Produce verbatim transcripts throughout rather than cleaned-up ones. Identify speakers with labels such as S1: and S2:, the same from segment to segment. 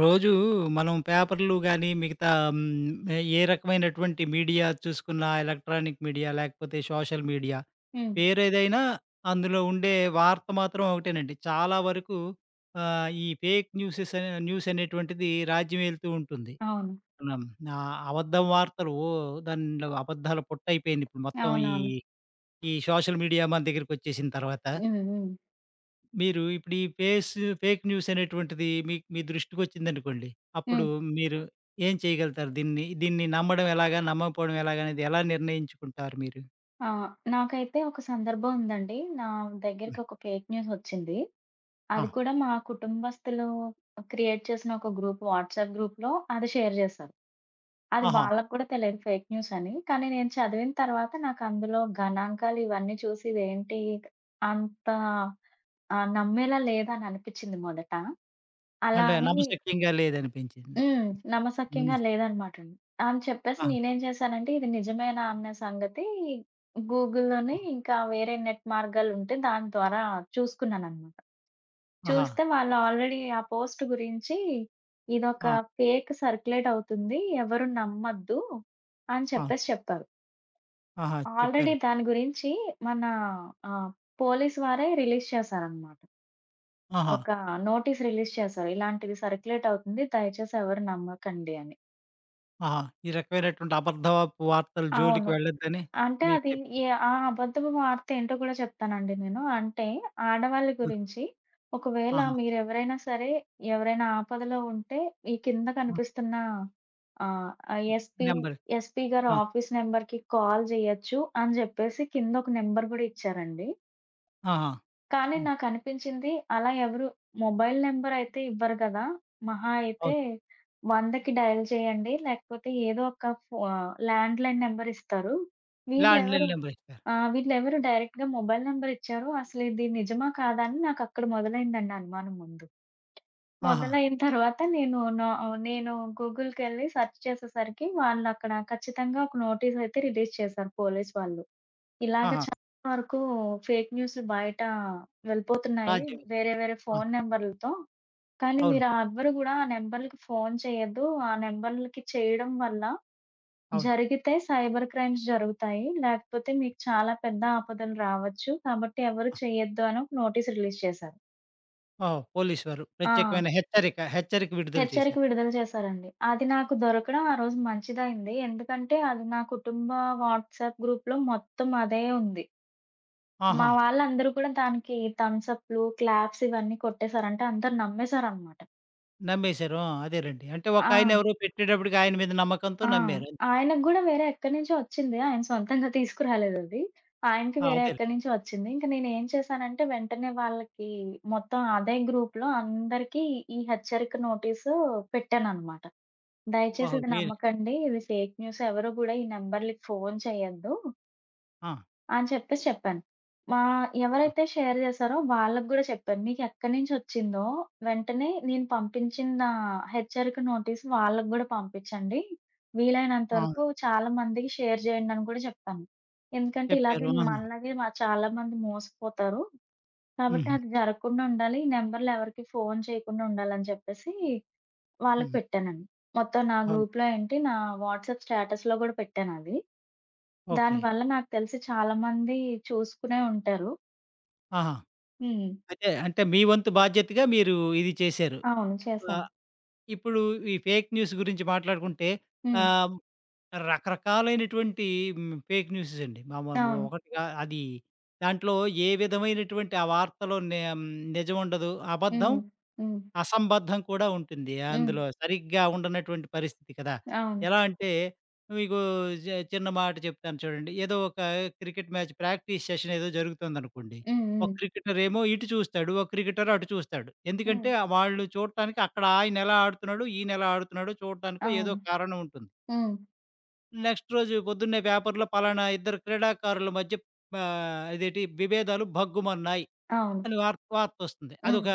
S1: రోజూ మనం పేపర్లు గానీ, మిగతా హ్మ్, ఏ రకమైనటువంటి మీడియా చూసుకున్నా ఎలక్ట్రానిక్ మీడియా, లేకపోతే సోషల్ మీడియా
S2: హ్మ్.
S1: పేరేదైనా అందులో ఉండే వార్త మాత్రం ఒకటేనండి. చాలా వరకు ఆహ్, ఈ ఫేక్ న్యూసెస్ అనే న్యూస్ అనేటువంటిది రాజ్యమేలుతూ ఉంటుంది.
S2: అవును.
S1: మనం ఆహ్, అబద్ధం వార్తలు ఓ దానిలో అబద్ధాల పొట్టయిపోయింది ఇప్పుడు మొత్తం ఈ,
S2: అవునవును.
S1: ఈ సోషల్ మీడియా మన దగ్గరికొచ్చేసిన తర్వాత.
S2: హ్మ్. హ్మ్.
S1: మీరు ఇప్పుడు ఈ ఫేస్ ఫేక్ న్యూస్ అనేటువంటిది మీకు మీ దృష్టికొచ్చిందనుకోండి. అప్పుడు
S2: హ్మ్.
S1: మీరు ఏం చేయగలుగుతారు? దీన్ని, దీన్ని నమ్మడం ఎలాగా? నమ్మకపోవడం ఎలాగా? అనేది ఎలా నిర్ణయించుకుంటారు మీరు?
S2: ఆ! నాకైతే ఒక సందర్భం ఉందండి. నా
S1: హ్మ్.
S2: దగ్గరికి ఒక ఫేక్ న్యూస్ వచ్చింది.
S1: ఆ!
S2: అది కూడా మా కుటుంబస్తులు క్రియేట్ చేసిన ఒక గ్రూప్ వాట్సాప్ గ్రూప్‌లో అది షేర్ చేశారు. అది
S1: ఆహా!
S2: వాళ్ళకి కూడా తెలియదు ఫేక్ న్యూస్ అని. కానీ నేను చదివిన తర్వాత నాకు అందులో గణాంకాలు ఇవన్నీ చూసి ఇదేంటి అంత ఆహ్, నమ్మేలా లేదని అనిపించింది మొదట. అలా
S1: అంటే
S2: అని
S1: నమ్మశక్యంగా లేదనిపించింది.
S2: హ్మ్. నమ్మశక్యంగా
S1: నమ్మే
S2: లేదనమాటండి. అని చెప్పేసి
S1: ఆ!
S2: నేనేం చేశానంటే, ఇది నిజమేనా అన్న సంగతి గూగుల్‌లోనే
S1: ఆ!
S2: ఇంకా వేరే నెట్ మార్గాలుంటే దాని ద్వారా చూసుకున్నాననమాట.
S1: ఆహా!
S2: చూస్తే వాళ్ళు ఆల్రెడీ ఆ పోస్ట్ గురించి ఇదొక
S1: ఆ!
S2: ఫేక్ సర్క్యులేట్ అవుతుంది. ఎవరు నమ్మొద్దు అని
S1: అవును.
S2: చెప్పేసి చెప్పారు.
S1: ఆహా!
S2: ఆల్రెడీ
S1: చెప్పారు.
S2: దాని గురించి మన ఆహ్, పోలీస్ వారే రిలీజ్ చేశారనమాట.
S1: ఆహా!
S2: ఒక నోటీస్ రిలీజ్ చేశారు. ఇలాంటిది సర్క్యులేట్ అవుతుంది. దయచేసి ఎవరు నమ్మకండి అని.
S1: ఆహా! ఈ రకమైనటువంటి అబద్ధపు వార్తల జోలికి
S2: అవును.
S1: వెళ్ళొద్దని
S2: అంటే
S1: మీకు
S2: అది
S1: చెప్
S2: ఏ ఆ అబద్ధపు వార్త ఏంటో కూడా చెప్తానండి నేను. అంటే ఆడవాళ్ళ
S1: హ్మ్.
S2: గురించి ఒకవేళ
S1: ఆహా!
S2: మీరెవరైనా సరే, ఎవరైనా ఆపదలో ఉంటే ఈ కింద
S1: ఆ!
S2: కనిపిస్తున్న ఆహ్, ఎస్‌పీ,
S1: నంబర్
S2: ఎస్‌పీ గారి
S1: ఆ!
S2: ఆఫీస్ నంబర్‌కి కాల్ జేయొచ్చు అని జెప్పేసి కింద ఒక నంబర్ గూడా ఇచ్చారండి.
S1: ఆహా!
S2: కానీ
S1: హ్మ్.
S2: నాకనిపించింది అలా ఎవరు మొబైల్ నంబర్ అయితే ఇవ్వరు గదా! మహా అయితే
S1: అవును.
S2: 100కి డయల్ చేయండి లేకపోతే ఏదో ఒక ఫో ల్యాండ్‌లైన్ నంబర్ ఇస్తారు. వీళ్ళెవరు
S1: ల్యాండ్‌లైన్ నంబర్ ఇస్తారు.
S2: ఆ! వీళ్ళెవరు డైరెక్ట్‌గా మొబైల్ నంబర్ ఇచ్చారు. అసలిది నిజమా? కాదా? అని నాకక్కడ మొదలైందండి అనుమానం ముందు.
S1: ఆహా!
S2: మొదలైన తర్వాత నేను నా ఆహ్, నేను గూగుల్‌కెళ్ళి సెర్చ్ చేసేసరికి వాళ్ళక్కడ ఖచ్చితంగా ఒక నోటీస్ అయితే రిలీజ్ చేశారు పోలీస్ వాళ్ళు. ఇలాగ
S1: ఆహా!
S2: చాలా వరకు ఫేక్ న్యూస్‌లు బయట వెళ్ళిపోతున్నాయి.
S1: రాజ్యం.
S2: వేరే వేరే ఫోను నంబర్‌లతో. కానీ
S1: అవును.
S2: మీరు ఆ ఎవ్వరు గూడా ఆ నంబర్‌లకి ఫోను చేయొద్దు. ఆ నంబర్‌లకి చేయడం వల్ల
S1: అవును.
S2: జరిగితే సైబర్ క్రైమ్స్ జరుగుతాయి. లేకపోతే మీకు చాలా పెద్ద ఆపదలు రావచ్చు. కాబట్టి ఎవరు చేయొద్దు అని ఒక నోటీస్ రిలీజ్ చేశారు.
S1: ఓహో! పోలీస్ వారు.
S2: ఆ!
S1: ప్రత్యేకమైన హెచ్చరిక, హెచ్చరిక విడుదల
S2: హెచ్చరిక
S1: చేశారు.
S2: విడుదల చేశారండి. అది నాకు దొరకడం ఆ రోజు మంచిదయింది. ఎందుకంటే అది నా కుటుంబ వాట్సాప్ గ్రూప్‌లో మొత్తం అదే ఉంది. మా
S1: ఆహా!
S2: వాళ్ళందరూ కూడా దానికి థమ్స్ అప్‌లు, క్లాప్స్ ఇవన్నీ కొట్టేసారు. అంటే అందరూ నమ్మేసారనమాట.
S1: నమ్మేశారు. ఆ! అదేలెండి. అంటే ఒకాయన
S2: ఆ!
S1: ఎవరో పెట్టేటప్పటికి ఆయన మీద నమ్మకంతో
S2: ఆ!
S1: నమ్మారు అంతే.
S2: ఆయనకు గూడా వేరే ఎక్కడి నుంచో వచ్చింది. ఆయన సొంతంగా తీసుకురాలేదది. ఆయనకి
S1: ఆ!
S2: వేరే
S1: అదేలే.
S2: ఎక్కడి నుంచో వచ్చింది. ఇంక నేనేం చేశానంటే వెంటనే వాళ్ళకి మొత్తం అదే గ్రూప్‌లో అందరికీ ఈ హెచ్చరిక నోటీసు పెట్టాననమాట. దయచేసి
S1: ఓహో!
S2: ఇది
S1: మీరు
S2: నమ్మకండి. ఇది ఫేక్ న్యూస్. ఎవరు గూడా ఈ నంబర్‌లకి ఫోను చేయొద్దు.
S1: ఆ!
S2: అని చెప్పేసి చెప్పాను. మా
S1: చెప్పారు.
S2: ఎవరైతే షేర్ చేశారో వాళ్ళకి గూడా చెప్పాను. మీకెక్కడి నుంచొచ్చిందో వెంటనే నేను పంపించిన హెచ్చరిక నోటీస్ వాళ్ళకి గూడా పంపించండి. వీలైనంత
S1: ఆ!
S2: వరకు చాలా మందికి షేర్ చేయండి అని గూడా చెప్పాను. ఎందుకంటే ఇలాగే
S1: చెప్పారు. ఆహా!
S2: మనలాగే మ చాలా మంది మోసపోతారు. కాబట్టి
S1: హుహు.
S2: అది జరగకుండా ఉండాలి. ఈ నంబర్‌లు ఎవరికీ ఫోను చేయకుండా ఉండాలని చెప్పేసి వాళ్ళకి
S1: హ్మ్.
S2: పెట్టానండి. మొత్తం నా
S1: అవును.
S2: గ్రూప్‌లో ఏంటి నా వాట్సాప్ స్టేటస్‌లో గూడా పెట్టానది.
S1: ఓకే.
S2: దానివల్ల నాకు తెలిసి చాలా మంది చూసుకునే ఉంటారు.
S1: ఆహా!
S2: హ్మ్.
S1: అయితే అంటే మీ వంతు బాధ్యతగా మీరు ఇది చేశారు.
S2: అవును. చేశాను.
S1: ఆహ్, ఇప్పుడు ఈ ఫేక్ న్యూస్ గురించి మాట్లాడుకుంటే
S2: హ్మ్.
S1: ఆహ్, రకరకాలైనటువంటి హ్మ్. ఫేక్ న్యూసెస్ అండి. మామూలు
S2: అవును.
S1: ఒకటి కా అది దాంట్లో ఏ విధమైనటువంటి ఆ వార్తలో నే హ్మ్. నిజముండదు. అబద్ధం,
S2: హ్మ్. హ్మ్.
S1: అసంబద్ధం కూడా ఉంటుంది.
S2: హ్మ్.
S1: అందులో సరిగ్గా ఉండనటువంటి పరిస్థితి కదా!
S2: అవును.
S1: ఎలా అంటే మీకు జ చిన్న మాట చెప్తాను చూడండి. ఏదో ఒక క్రికెట్ మ్యాచ్ ప్రాక్టీస్ సెషన్ ఏదో జరుగుతుందనుకోండి.
S2: హ్మ్.
S1: ఒక
S2: హ్మ్.
S1: క్రికెటర్ ఏమో ఇటు చూస్తాడు. ఒక క్రికెటర్ అటు చూస్తాడు.
S2: హ్మ్.
S1: ఎందుకంటే వాళ్ళు చూడటానికి అక్కడ ఆయన ఎలా ఆడుతున్నాడు, ఈయన ఎలా ఆడుతున్నాడో చూడటానికో ఏదో
S2: అవును.
S1: కారణం ఉంటుంది.
S2: హ్మ్.
S1: నెక్స్ట్ రోజు పొద్దున్నే పేపర్‌లో పలానా ఇద్దరు క్రీడాకారుల మధ్య ఆహ్, ఇదేటి విభేదాలు భగ్గుమన్నాయి
S2: అవును.
S1: అని వార్త వార్తొస్తుంది.
S2: హ్మ్.
S1: అదొక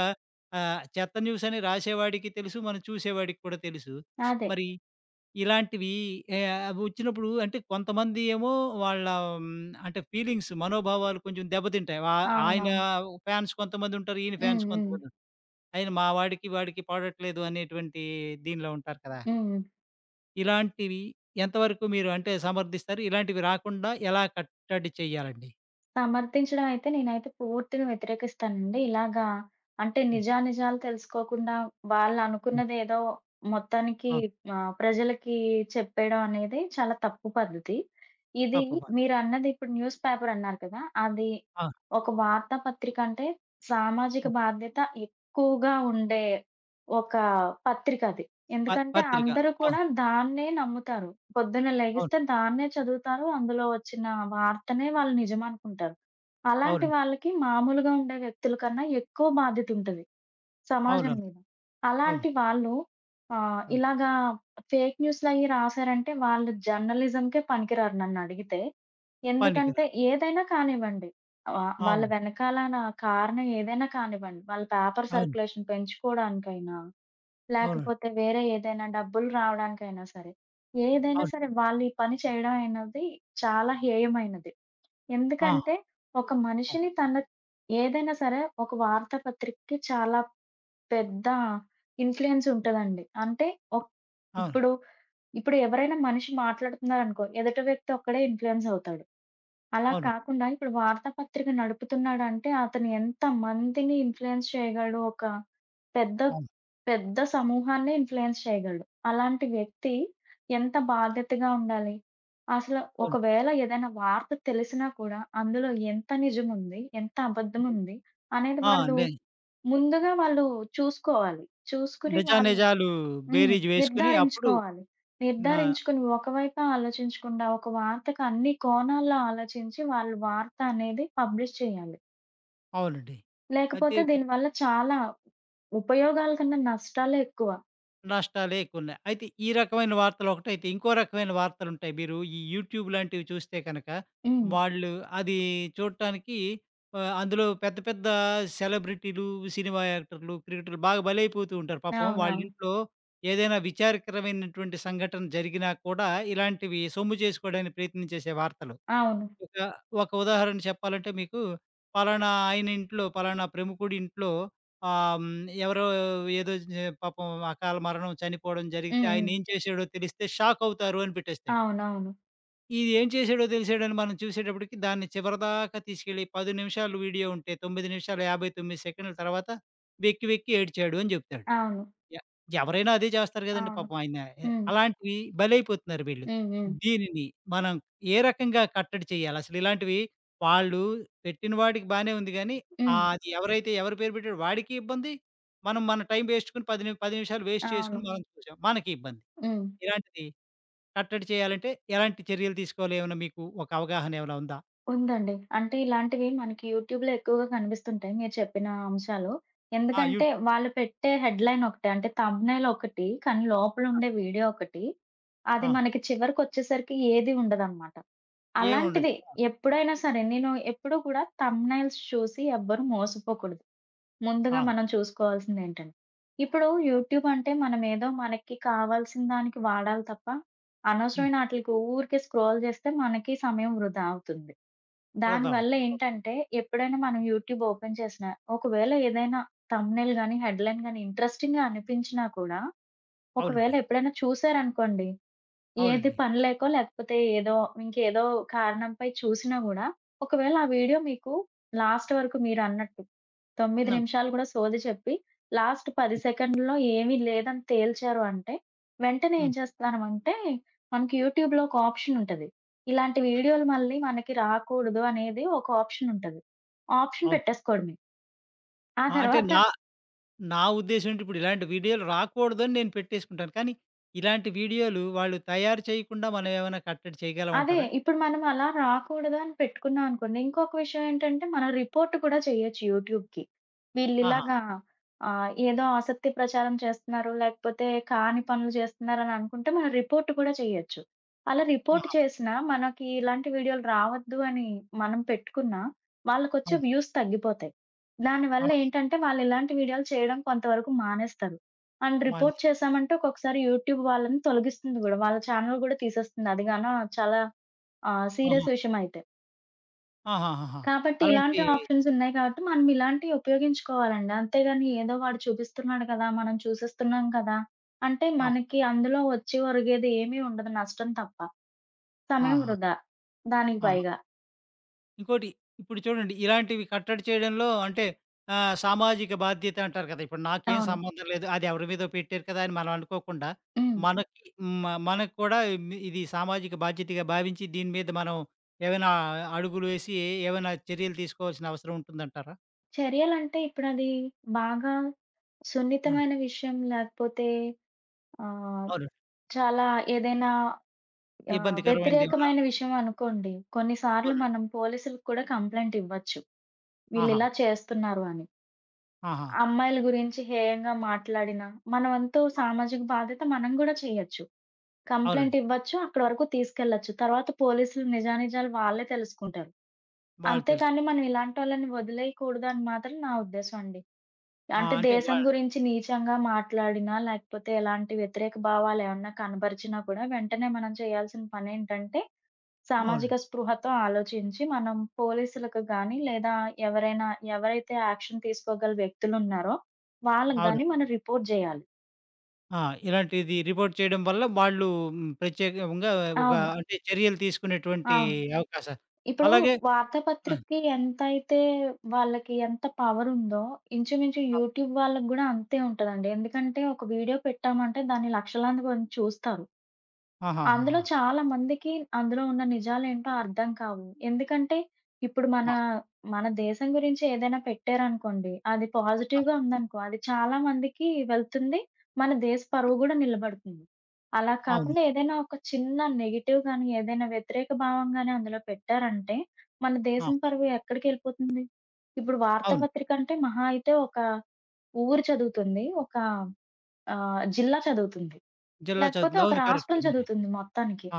S1: ఆహ్, చెత్త న్యూస్ అని రాసేవాడికి తెలుసు. మనం చూసేవాడికి కూడా తెలుసు.
S2: అదే.
S1: మరి ఇలాంటివి ఏ అవి వచ్చినప్పుడు అంటే కొంతమంది ఏమో వాళ్ళ హ్మ్, అంటే ఫీలింగ్స్, మనోభావాలు కొంచెం దెబ్బతింటాయి. ఆ ఆయన
S2: అవునవును.
S1: ఫ్యాన్స్ కొంతమందుంటారు. ఈయన
S2: హ్మ్.
S1: ఫ్యాన్స్
S2: హ్మ్.
S1: కొంతమందుంటారు. ఆయన మా వాడికి, వాడికి పడట్లేదు అనేటువంటి దీనిలో ఉంటారు కదా!
S2: హ్మ్.
S1: ఇలాంటివి ఎంతవరకు మీరు అంటే సమర్థిస్తారు? ఇలాంటివి రాకుండా ఎలా కట్టడి చేయాలండి?
S2: సమర్థించడం అయితే నేనైతే పూర్తిగా వ్యతిరేకిస్తానండి. ఇలాగా అంటే
S1: హ్మ్.
S2: నిజానిజాలు తెలుసుకోకుండా
S1: హ్మ్.
S2: వాళ్ళనుకున్నదేదో మొత్తానికి
S1: ఆ!
S2: ఆహ్, ప్రజలకి చెప్పేయడం అనేది చాలా తప్పు పద్ధతి. ఇది
S1: తప్పు ప
S2: మీరన్నది ఇప్పుడు న్యూస్ పేపర్ అన్నారు కదా! అది
S1: ఆ!
S2: ఒక వార్తా పత్రిక అంటే సామాజిక
S1: ఆ!
S2: బాధ్యత ఎక్కువగా ఉండే ఒక పత్రికది.
S1: ప
S2: ఎందుకంటే
S1: పత్రిక.
S2: అందరూ కూడా
S1: అవును.
S2: దాన్నే నమ్ముతారు. పొద్దున్న
S1: అవును.
S2: లెగిస్తే దాన్నే చదువుతారు. అందులో వచ్చిన వార్తనే వాళ్ళు నిజమనుకుంటారు. అలాంటి
S1: అవునండి.
S2: వాళ్ళకి మామూలుగా ఉండే వ్యక్తుల కన్నా ఎక్కువ బాధ్యతుంటది సమాజం
S1: అవునవును.
S2: మీద.
S1: అవును.
S2: అలాంటి వాళ్ళు ఆహ్,
S1: అవును.
S2: ఇలాగా ఫేక్ న్యూస్‌లయ్యి రాసారంటే వాళ్ళు జర్నలిజంకే పనికిరారు నన్నడిగితే. ఎందుకంటే
S1: పనికిరాదు.
S2: ఏదైనా కానివ్వండి. వ వాళ్ళ
S1: అవును.
S2: వెనకాలన కారణం ఏదైనా కానివ్వండి. వాళ్ళ పేపర్
S1: అవును.
S2: సర్క్యులేషన్ పెంచుకోవడానికైనా
S1: అవునండి.
S2: లేకపోతే వేరే ఏదైనా డబ్బులు రావడానికైనా సరే. ఏదైనా
S1: అవును.
S2: సరే వాళ్ళు ఈ పని చేయడం అనేది చాలా హేయమైనది.
S1: ఆ!
S2: ఎందుకంటే ఒక
S1: అవును.
S2: మనిషిని తన ఏదైనా సరే ఒక వార్తాపత్రికకి చాలా పెద్ద ఇన్‌ఫ్లూయెన్స్ ఉంటదండి. అంటే ఒక్
S1: అవును.
S2: ఇప్పుడు ఇప్పుడు ఎవరైనా మనిషి మాట్లాడుతున్నారనుకో, ఎదుటి వ్యక్తి ఒక్కడే ఇన్‌ఫ్లూయెన్స్ అవుతాడు. అలా
S1: అవునండి.
S2: కాకుండా ఇప్పుడు వార్తాపత్రిక నడుపుతున్నాడంటే అతను ఎంత మందిని ఇన్‌ఫ్లూయెన్స్ చేయగలడు. ఒక పెద్ద,
S1: అవును.
S2: పెద్ద సమూహాన్నే ఇన్‌ఫ్లూయెన్స్ చేయగలడు. అలాంటి వ్యక్తి ఎంత బాధ్యతగా ఉండాలి? అసలు
S1: అవును.
S2: ఒకవేళ ఏదైనా వార్త తెలిసినా కూడా అందులో ఎంత నిజముంది? ఎంత అబద్ధముంది? అనేది
S1: ఆ!
S2: వాళ్ళు
S1: నే
S2: ముందుగా వాళ్ళు చూసుకోవాలి. చూసుకొని వాళ్ళు
S1: నిజానిజాలు
S2: హ్మ్.
S1: బేరీజు వేసుకొని అప్పుడు
S2: నిర్ధారించుకోవాలి.
S1: నా
S2: నిర్ధారించుకొని ఒకవైపే ఆలోచించకుండా, ఒక వార్తకు అన్ని కోణాల్లో ఆలోచించి వాళ్ళు వార్త అనేది పబ్లిష్ చేయాలి.
S1: అవునండి. అయితే
S2: లేకపోతే దీనివల్ల చాలా ఉపయోగాల కన్నా నష్టాలే ఎక్కువ.
S1: నష్టాలే ఎక్కువున్నాయి. అయితే ఈ రకమైన వార్తలొకటైతే, ఇంకో రకమైన వార్తలుంటాయి. మీరు ఈ యూట్యూబ్ లాంటివి చూస్తే కనక,
S2: హ్మ్.
S1: వాళ్ళు అది చూడటానికి ఆహ్, అందులో పెద్ద పెద్ద సెలబ్రిటీలు, సినిమా యాక్టర్లు, క్రికెటర్లు బాగా బలైపోతూ ఉంటారు పాపం.
S2: అవునవును.
S1: వాళ్ళింట్లో ఏదైనా విచారకరమైనటువంటి సంఘటన జరిగినా కూడా, ఇలాంటివి సొమ్ము చేసుకోవడానికి ప్రయత్నం చేసే వార్తలు.
S2: అవును.
S1: ఒక ఒక ఉదాహరణ చెప్పాలంటే మీకు, పలానా ఆయన ఇంట్లో, పలానా ప్రముఖుడి ఇంట్లో ఆహ్, హ్మ్, ఎవరో ఏదో జ పాపం అకాల మరణం చనిపోవడం జరిగితే
S2: హ్మ్. హ్మ్.
S1: ఆయనేం చేశాడో తెలిస్తే షాకవుతారు అని పెట్టేస్తాడు.
S2: అవునవును.
S1: ఈడేం చేశాడో తెలిసాడని మనం చూసేటప్పటికి దాన్ని చివరిదాకా తీసుకెళ్ళి పది నిమిషాలు వీడియో ఉంటే తొమ్మిది నిమిషాల యాభై తొమ్మిది సెకండ్ల తర్వాత వెక్కి వెక్కి ఏడ్చాడు అని చెప్తాడు.
S2: అవును.
S1: ఎ ఎవరైనా అదే చేస్తారు గదండీ
S2: అవును.
S1: పాపం ఆయన. ఎ
S2: హ్మ్.
S1: అలాంటివి బలైపోతున్నారు వీళ్ళు.
S2: హ్మ్. హ్మ్.
S1: దీనిని మనం ఏ రకంగా కట్టడి చేయాలి? అసలు ఇలాంటివి వాళ్ళు పెట్టిన వాడికి బానే ఉంది గానీ,
S2: హ్మ్.
S1: ఆహ్, అది ఎవరైతే ఎవరి పేరు పెట్టాడో వాడికి ఇబ్బంది. మనం మన టైం వేస్ట్‌కుని 10 ని పది నిమిషాలు వేస్ట్
S2: అవును.
S1: చేసుకొని మనం చూసాం. మనకి ఇబ్బంది.
S2: హ్మ్.
S1: ఇలాంటిది కట్టడి చేయాలంటే ఎలాంటి చర్యలు తీసుకోవాలి? ఏమన్నా మీకు ఒక అవగాహన ఏమైనా ఉందా?
S2: ఉందండి. అంటే ఇలాంటివి మనకి యూట్యూబ్‌లో ఎక్కువగా కనిపిస్తుంటాయి మీరు చెప్పిన అంశాలు.
S1: ఆ!
S2: ఎందుకంటే
S1: యూట్యూబ్.
S2: వాళ్ళు పెట్టే హెడ్‌లైన్ ఒకటే అంటే థంబ్‌నెయిల్ ఒకటి. కానీ లోపల
S1: ఆ!
S2: ఉండే వీడియో ఒకటి. అది
S1: ఆ!
S2: మనకి చివరికొచ్చేసరికి ఏది ఉండదనమాట.
S1: ఏముండదు.
S2: అలాంటిది
S1: ఆ!
S2: ఎప్పుడైనా సరే నేను ఎప్పుడూ కూడా థంబ్‌నెయిల్స్ చూసి ఎవ్వరు మోసపోకూడదు. ముందుగా
S1: ఆ!
S2: మనం చూసుకోవాల్సిందేంటంటే ఇప్పుడు
S1: అవును.
S2: యూట్యూబ్ అంటే మనమేదో మనకి కావాల్సిన దానికి వాడాలి తప్ప
S1: హ్మ్.
S2: అనవసరమైన ఆటిలికి ఊరికే స్క్రోల్ చేస్తే మనకి సమయం వృధా అవుతుంది.
S1: వృధా
S2: దానివల్ల
S1: అవుతుంది.
S2: ఏంటంటే, ఎప్పుడైనా మనం యూట్యూబ్ ఓపెన్ చేసినా, ఒకవేళ ఏదైనా థంబ్‌నెయిల్ గాని, హెడ్‌లైన్ గాని ఇంట్రెస్టింగ్‌గా అనిపించినా కూడా, ఒకవేళ
S1: అవునండి.
S2: ఎప్పుడైనా చూసారనుకోండి ఏది
S1: అవునండి.
S2: పని లేకో, లేకపోతే ఏదో ఇంకేదో కారణంపై చూసినా గూడా, ఒకవేళ ఆ వీడియో మీకు లాస్ట్ వరకు మీరన్నట్టు తొమ్మిది
S1: హ్మ్.
S2: నిమిషాలు గూడా సోది చెప్పి, లాస్ట్ పది
S1: హ్మ్.
S2: సెకండ్‌లో ఏమీ లేదని తేల్చారు అంటే, వెంటనే ఏం
S1: అవును.
S2: చేస్తానమంటే, మనకి యూట్యూబ్‌లో ఒక ఆప్షన్ ఉంటది. ఇలాంటి వీడియోలు మళ్ళీ మనకి రాకూడదు అనేది ఒక ఆప్షన్ ఉంటది. ఆప్షన్ పెట్టేసుకోవడమే. ఆ
S1: ఆ! అంటే
S2: తర్వాత
S1: నా నా ఉద్దేశ్యం ఏంటి ఇప్పుడు ఇలాంటి వీడియోలు రాకూడదని నేను పెట్టేసుకుంటాను. కానీ ఇలాంటి వీడియోలు వాళ్ళు తయారు చేయకుండా మనం ఏమైనా కట్టడి
S2: అదే.
S1: చేయగలమంటారా?
S2: ఇప్పుడు మనం అలా రాకూడదు అని పెట్టుకున్నాం అనుకోండి. ఇంకొక విషయం ఏంటంటే, మనం రిపోర్ట్ కూడా చేయొచ్చు యూట్యూబ్‌కి.
S1: ఆహా!
S2: వీళ్ళిలాగా ఆహ్, ఏదో అసత్య ప్రచారం చేస్తున్నారు, లేకపోతే కాని పనులు చేస్తున్నారని అనుకుంటే, మనం రిపోర్ట్ కూడా చేయొచ్చు. అలా రిపోర్ట్
S1: ఆహా!
S2: చేసినా, మనకి ఇలాంటి వీడియోలు రావద్దు అని మనం పెట్టుకున్నా, వాళ్ళకొచ్చే
S1: అవును.
S2: వ్యూస్ తగ్గిపోతాయి.
S1: ఆ!
S2: దానివల్ల ఏంటంటే, వాళ్ళు ఇలాంటి వీడియోలు చేయడం కొంతవరకు మానేస్తారు. అండ్
S1: మని
S2: రిపోర్ట్ చేశామంటే, ఒక్కొక్కసారి యూట్యూబ్ వాళ్ళని తొలగిస్తుంది గూడా. వాళ్ళ ఛానెల్ గూడా తీసేస్తుంది. అది గాన చాలా ఆ!
S1: ఆహా!
S2: సీరియస్ విషయమైతే.
S1: ఆహాహాహా!
S2: కాబట్టి ఇలాంటి
S1: అలాంటి
S2: ఆప్షన్స్ ఉన్నాయి కాబట్టి మనం ఇలాంటివి ఉపయోగించుకోవాలండి. అంతేగాని ఏదో వాడు చూపిస్తున్నాడు కదా! మనం చూసేస్తున్నాం కదా! అంటే
S1: ఆ!
S2: మనకి అందులో వచ్చి ఒరిగేది ఏమీ ఉండదు నష్టం తప్ప. సమయం
S1: ఆహా!
S2: వృధా. దానికి
S1: ఆహా!
S2: పైగా.
S1: ఇంకోటి ఇప్పుడు చూడండి ఇలాంటివి కట్టడి చేయడంలో అంటే ఆహ్, సామాజిక బాధ్యత అంటారు కదా! ఇప్పుడు నాకేం
S2: అవును.
S1: సంబంధం లేదు. అది ఎవరి మీదో పెట్టారు కదా! అని మనం అనుకోకుండా
S2: హ్మ్.
S1: మనకి మ మనకు కూడా ఇమ్- ఇది సామాజిక బాధ్యతగా భావించి దీని మీద మనం ఏమైనా అడుగులు వేసి ఏమైనా చర్యలు తీసుకోవాల్సిన అవసరం ఉంటుందంటారా?
S2: చర్యలంటే ఇప్పుడది బాగా
S1: ఆ!
S2: సున్నితమైన విషయం లేకపోతే ఆహ్,
S1: అవునండి.
S2: చాలా ఏదైనా ఆహ్,
S1: ఇబ్బందికరమైనది ఏమన్నా
S2: వ్యతిరేకమైన విషయం అనుకోండి. కొన్ని సార్లు
S1: అవునండి.
S2: మనం పోలీసులకి కూడా కంప్లెయింట్ ఇవ్వచ్చు.
S1: ఆహా!
S2: వీళ్ళిలా చేస్తున్నారు అని.
S1: ఆహా!
S2: అమ్మాయిల గురించి హేయంగా మాట్లాడినా, మన వంతు
S1: ఆ!
S2: సామాజిక బాధ్యత మనం గూడా చెయ్యొచ్చు. కంప్లెయింట్
S1: అవునండి.
S2: ఇవ్వచ్చు. అక్కడి వరకు తీసుకెళ్ళొచ్చు. తర్వాత పోలీసులు నిజానిజాలు వాళ్ళే తెలుసుకుంటారు.
S1: వాళ్ళు తెలుసుకుంటారు.
S2: అంతేకానీ మనం ఇలాంటోళ్ళని వదిలేయకూడదని మాత్రం నా ఉద్దేశం అండి.
S1: ఆ!
S2: అంటే
S1: అంటే
S2: దేశం
S1: వా
S2: గురించి నీచంగా మాట్లాడినా, లేకపోతే ఎలాంటి వ్యతిరేక భావాలేమన్నా కనబరిచినా కూడా, వెంటనే మనం చేయాల్సిన పనేంటంటే, సామాజిక
S1: అవునండి.
S2: స్పృహతో ఆలోచించి మనం పోలీసులకు గానీ, లేదా ఎవరైనా ఎవరైతే యాక్షన్ తీసుకోగల వ్యక్తులున్నారో, వాళ్ళకి
S1: అవును.
S2: గానీ మనం రిపోర్ట్ జేయాలి.
S1: ఆ! ఇలాంటిది రిపోర్ట్ చేయడం వల్ల వాళ్ళు హ్మ్, ప్రత్యేకంగా ఒక
S2: అవును.
S1: అంటే చర్యలు తీసుకునేటువంటి
S2: అవును.
S1: అవకాశం.
S2: ఇప్పుడు
S1: అలాగే ఆ!
S2: వార్తాపత్రికకి ఎంతైతే వాళ్ళకి ఎంత పవరుందో, ఇంచుమించు
S1: ఆ!
S2: యూట్యూబ్ వాళ్ళకి గూడా అంతే ఉంటదండి. ఎందుకంటే, ఒక వీడియో పెట్టామంటే దాన్ని లక్షలాది మంది చూస్తారు. అందులో
S1: ఆహాహాహా!
S2: చాలా మందికి అందులో ఉన్న నిజాలేంటో అర్థం కావు. ఎందుకంటే, ఇప్పుడు మన,
S1: ఆ!
S2: మన దేశం గురించి ఏదైనా పెట్టారనుకోండి, అది
S1: ఆ!
S2: పాజిటివ్‌గా ఉందనుకో, అది చాలా మందికి వెళ్తుంది. మన దేశ
S1: హ్మ్.
S2: పరువు గూడా నిలబడుతుంది. అలా
S1: అవును.
S2: కాకుండా ఏదైనా ఒక చిన్న నెగెటివ్ గాని, ఏదైనా వ్యతిరేక భావం గాని అందులో పెట్టారంటే, మన
S1: ఆ!
S2: దేశం పరువు ఎక్కడికెళ్ళిపోతుంది? ఇప్పుడు
S1: అవును.
S2: వార్తాపత్రిక అంటే మహా అయితే ఒక ఊరు చదువుతుంది. ఒక ఆహ్, జిల్లా చదువుతుంది.
S1: జిల్లా
S2: లేకపోతే
S1: చదువుతుంది.
S2: ఒక
S1: అవును.
S2: రాష్ట్రం
S1: కరెక్టే మీరే.
S2: చదువుతుంది మొత్తానికి.
S1: ఆ!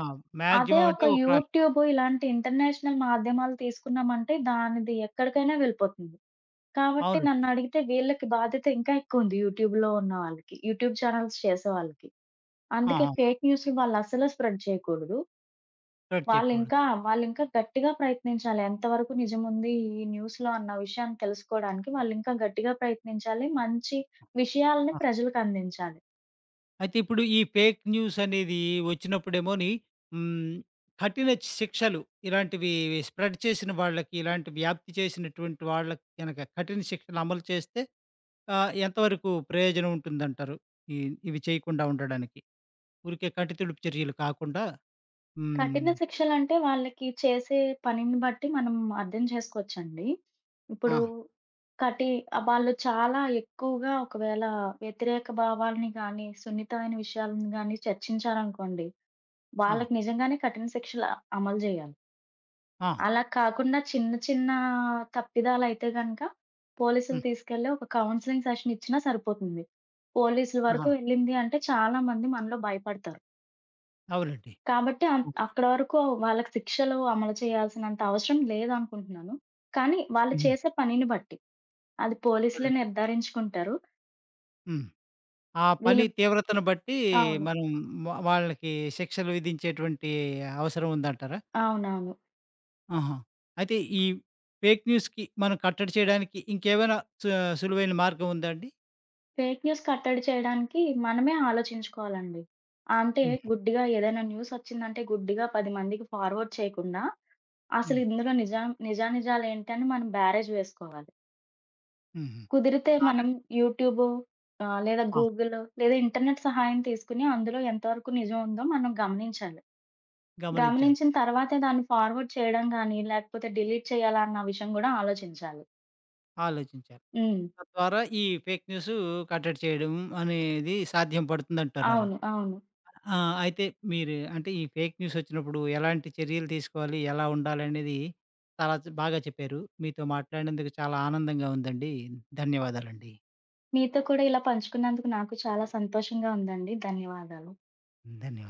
S2: అదే
S1: మాక్సిమం
S2: ఒక
S1: అంటే ఒక రాష్ట్రం.
S2: యూట్యూబ్ ఇలాంటి ఇంటర్నేషనల్ మాధ్యమాలు తీసుకున్నామంటే దానిది ఎక్కడికైనా వెళ్ళిపోతుంది. కాబట్టి
S1: అవునండి.
S2: నన్నడిగితే వీళ్ళకి బాధ్యత ఇంకా ఎక్కువుంది యూట్యూబ్‌లో ఉన్న వాళ్ళకి. యూట్యూబ్ ఛానెల్స్ చేసేవాళ్ళకి. అందుకే
S1: ఆహా!
S2: ఫేక్ న్యూస్‌లు వాళ్ళసలు స్ప్రెడ్ చేయకూడదు.
S1: కరెక్ట్ చెప్పుకోవడం.
S2: వాళ్ళింకా వాళ్ళింకా గట్టిగా ప్రయత్నించాలి. ఎంతవరకు నిజముంది ఈ న్యూస్‌లో అన్న విషయాన్ని తెలుసుకోవడానికి వాళ్ళింకా గట్టిగా ప్రయత్నించాలి. మంచి విషయాలని
S1: ఆ!
S2: ప్రజలకందించాలి.
S1: అయితే ఇప్పుడు ఈ ఫేక్ న్యూస్ అనేది వచ్చినప్పుడేమోని హ్మ్, కఠిన శిక్షలు ఇలాంటివి స్ప్రెడ్ చేసిన వాళ్ళకి, ఇలాంటి వ్యాప్తి చేసినటువంటి వాళ్ళకి గనక కఠిన శిక్షలు అమలు చేస్తే ఆ! ఎంతవరకు ప్రయోజనం ఉంటుందంటారు? ఈ ఇవి చేయకుండా ఉండడానికి? ఊరికే కంటి తుడుపు చర్యలు కాకుండా హ్మ్.
S2: కఠిన శిక్షలంటే వాళ్ళకి చేసే పనిని బట్టి మనం అర్థం చేసుకోవచ్చండి. ఇప్పుడు
S1: ఆ!
S2: కటి ఆహ్, వాళ్ళు చాలా ఎక్కువగా ఒకవేళ వ్యతిరేక భావాల్ని గానీ, సున్నితమైన విషయాలను గానీ చర్చించారనుకోండి,
S1: ఆ!
S2: వాళ్ళకి నిజంగానే కఠిన శిక్షలు అ- అమలు చేయాలి.
S1: ఆ!
S2: అలా కాకుండా చిన్న చిన్న తప్పిదాలైతే గనక పోలీసులు
S1: హ్మ్.
S2: తీసుకెళ్ళి ఒక కౌన్సెలింగ్ సెషన్ ఇచ్చినా సరిపోతుంది. పోలీసుల
S1: ఆహా!
S2: వరకు వెళ్ళింది అంటే చాలా మంది మనలో భయపడతారు.
S1: అవునండి.
S2: కాబట్టి అం
S1: అవును.
S2: అక్కడ వరకు వాళ్ళకి శిక్షలు అమలు చేయాల్సినంత అవసరం లేదనుకుంటున్నాను. కానీ వాళ్ళు
S1: హ్మ్.
S2: చేసే పనిని బట్టి. అది
S1: హ్మ్.
S2: పోలీసులే నిర్ధారించుకుంటారు.
S1: హ్మ్. ఆ పని
S2: వీళ్ళు
S1: తీవ్రతను బట్టి
S2: అవును.
S1: మనం వ వాళ్ళకి శిక్షలు విధించేటువంటి అవసరం ఉందంటారా?
S2: అవునవును.
S1: ఆహా! అయితే ఈ ఫేక్ న్యూస్‌కి మనం కట్టడి చేయడానికి ఇంకేమైనా సు సులువైన మార్గం ఉందా అండి?
S2: ఫేక్ న్యూస్ కట్టడి చేయడానికి మనమే ఆలోచించుకోవాలండి. అంటే
S1: హుహు.
S2: గుడ్డిగా ఏదైనా న్యూస్ ఒచ్చిందంటే గుడ్డిగా పది మందికి ఫార్వర్డ్ చేయకుండా, అసలు
S1: హ్మ్.
S2: ఇందులో నిజా నిజానిజాలేంటని మనం బేరేజ్ వేసుకోవాలి.
S1: హుహు.
S2: కుదిరితే
S1: అలాగే
S2: మనం యూట్యూబు ఆహ్, లేదా
S1: ఆ!
S2: గూగుల్ లేదా ఇంటర్నెట్ సహాయం తీసుకొని అందులో ఎంతవరకు నిజం ఉందో మనం గమనించాలి.
S1: గమనించాలి.
S2: గమనించిన తర్వాతే దాన్ని ఫార్వర్డ్ చేయడం గానీ, లేకపోతే డిలీట్ చేయాలా అన్న విషయం గూడా ఆలోచించాలి.
S1: ఆలోచించాలి.
S2: హ్మ్.
S1: తద్వారా ఈ ఫేక్ న్యూసు కట్టడి చేయడం అనేది సాధ్యం పడుతుందంటున్నారు.
S2: అవును. అవును.
S1: ఆ! అయితే మీరు అంటే ఈ ఫేక్ న్యూస్ వచ్చినప్పుడు ఎలాంటి చర్యలు తీసుకోవాలి? ఎలా ఉండాలనేది చాలా చ్ బాగా చెప్పారు. మీతో మాట్లాడినందుకు చాలా ఆనందంగా ఉందండి. ధన్యవాదాలండి.
S2: మీతో కూడా ఇలా పంచుకున్నందుకు నాకు చాలా సంతోషంగా ఉందండి. ధన్యవాదాలు.
S1: ధన్యవాదాలు.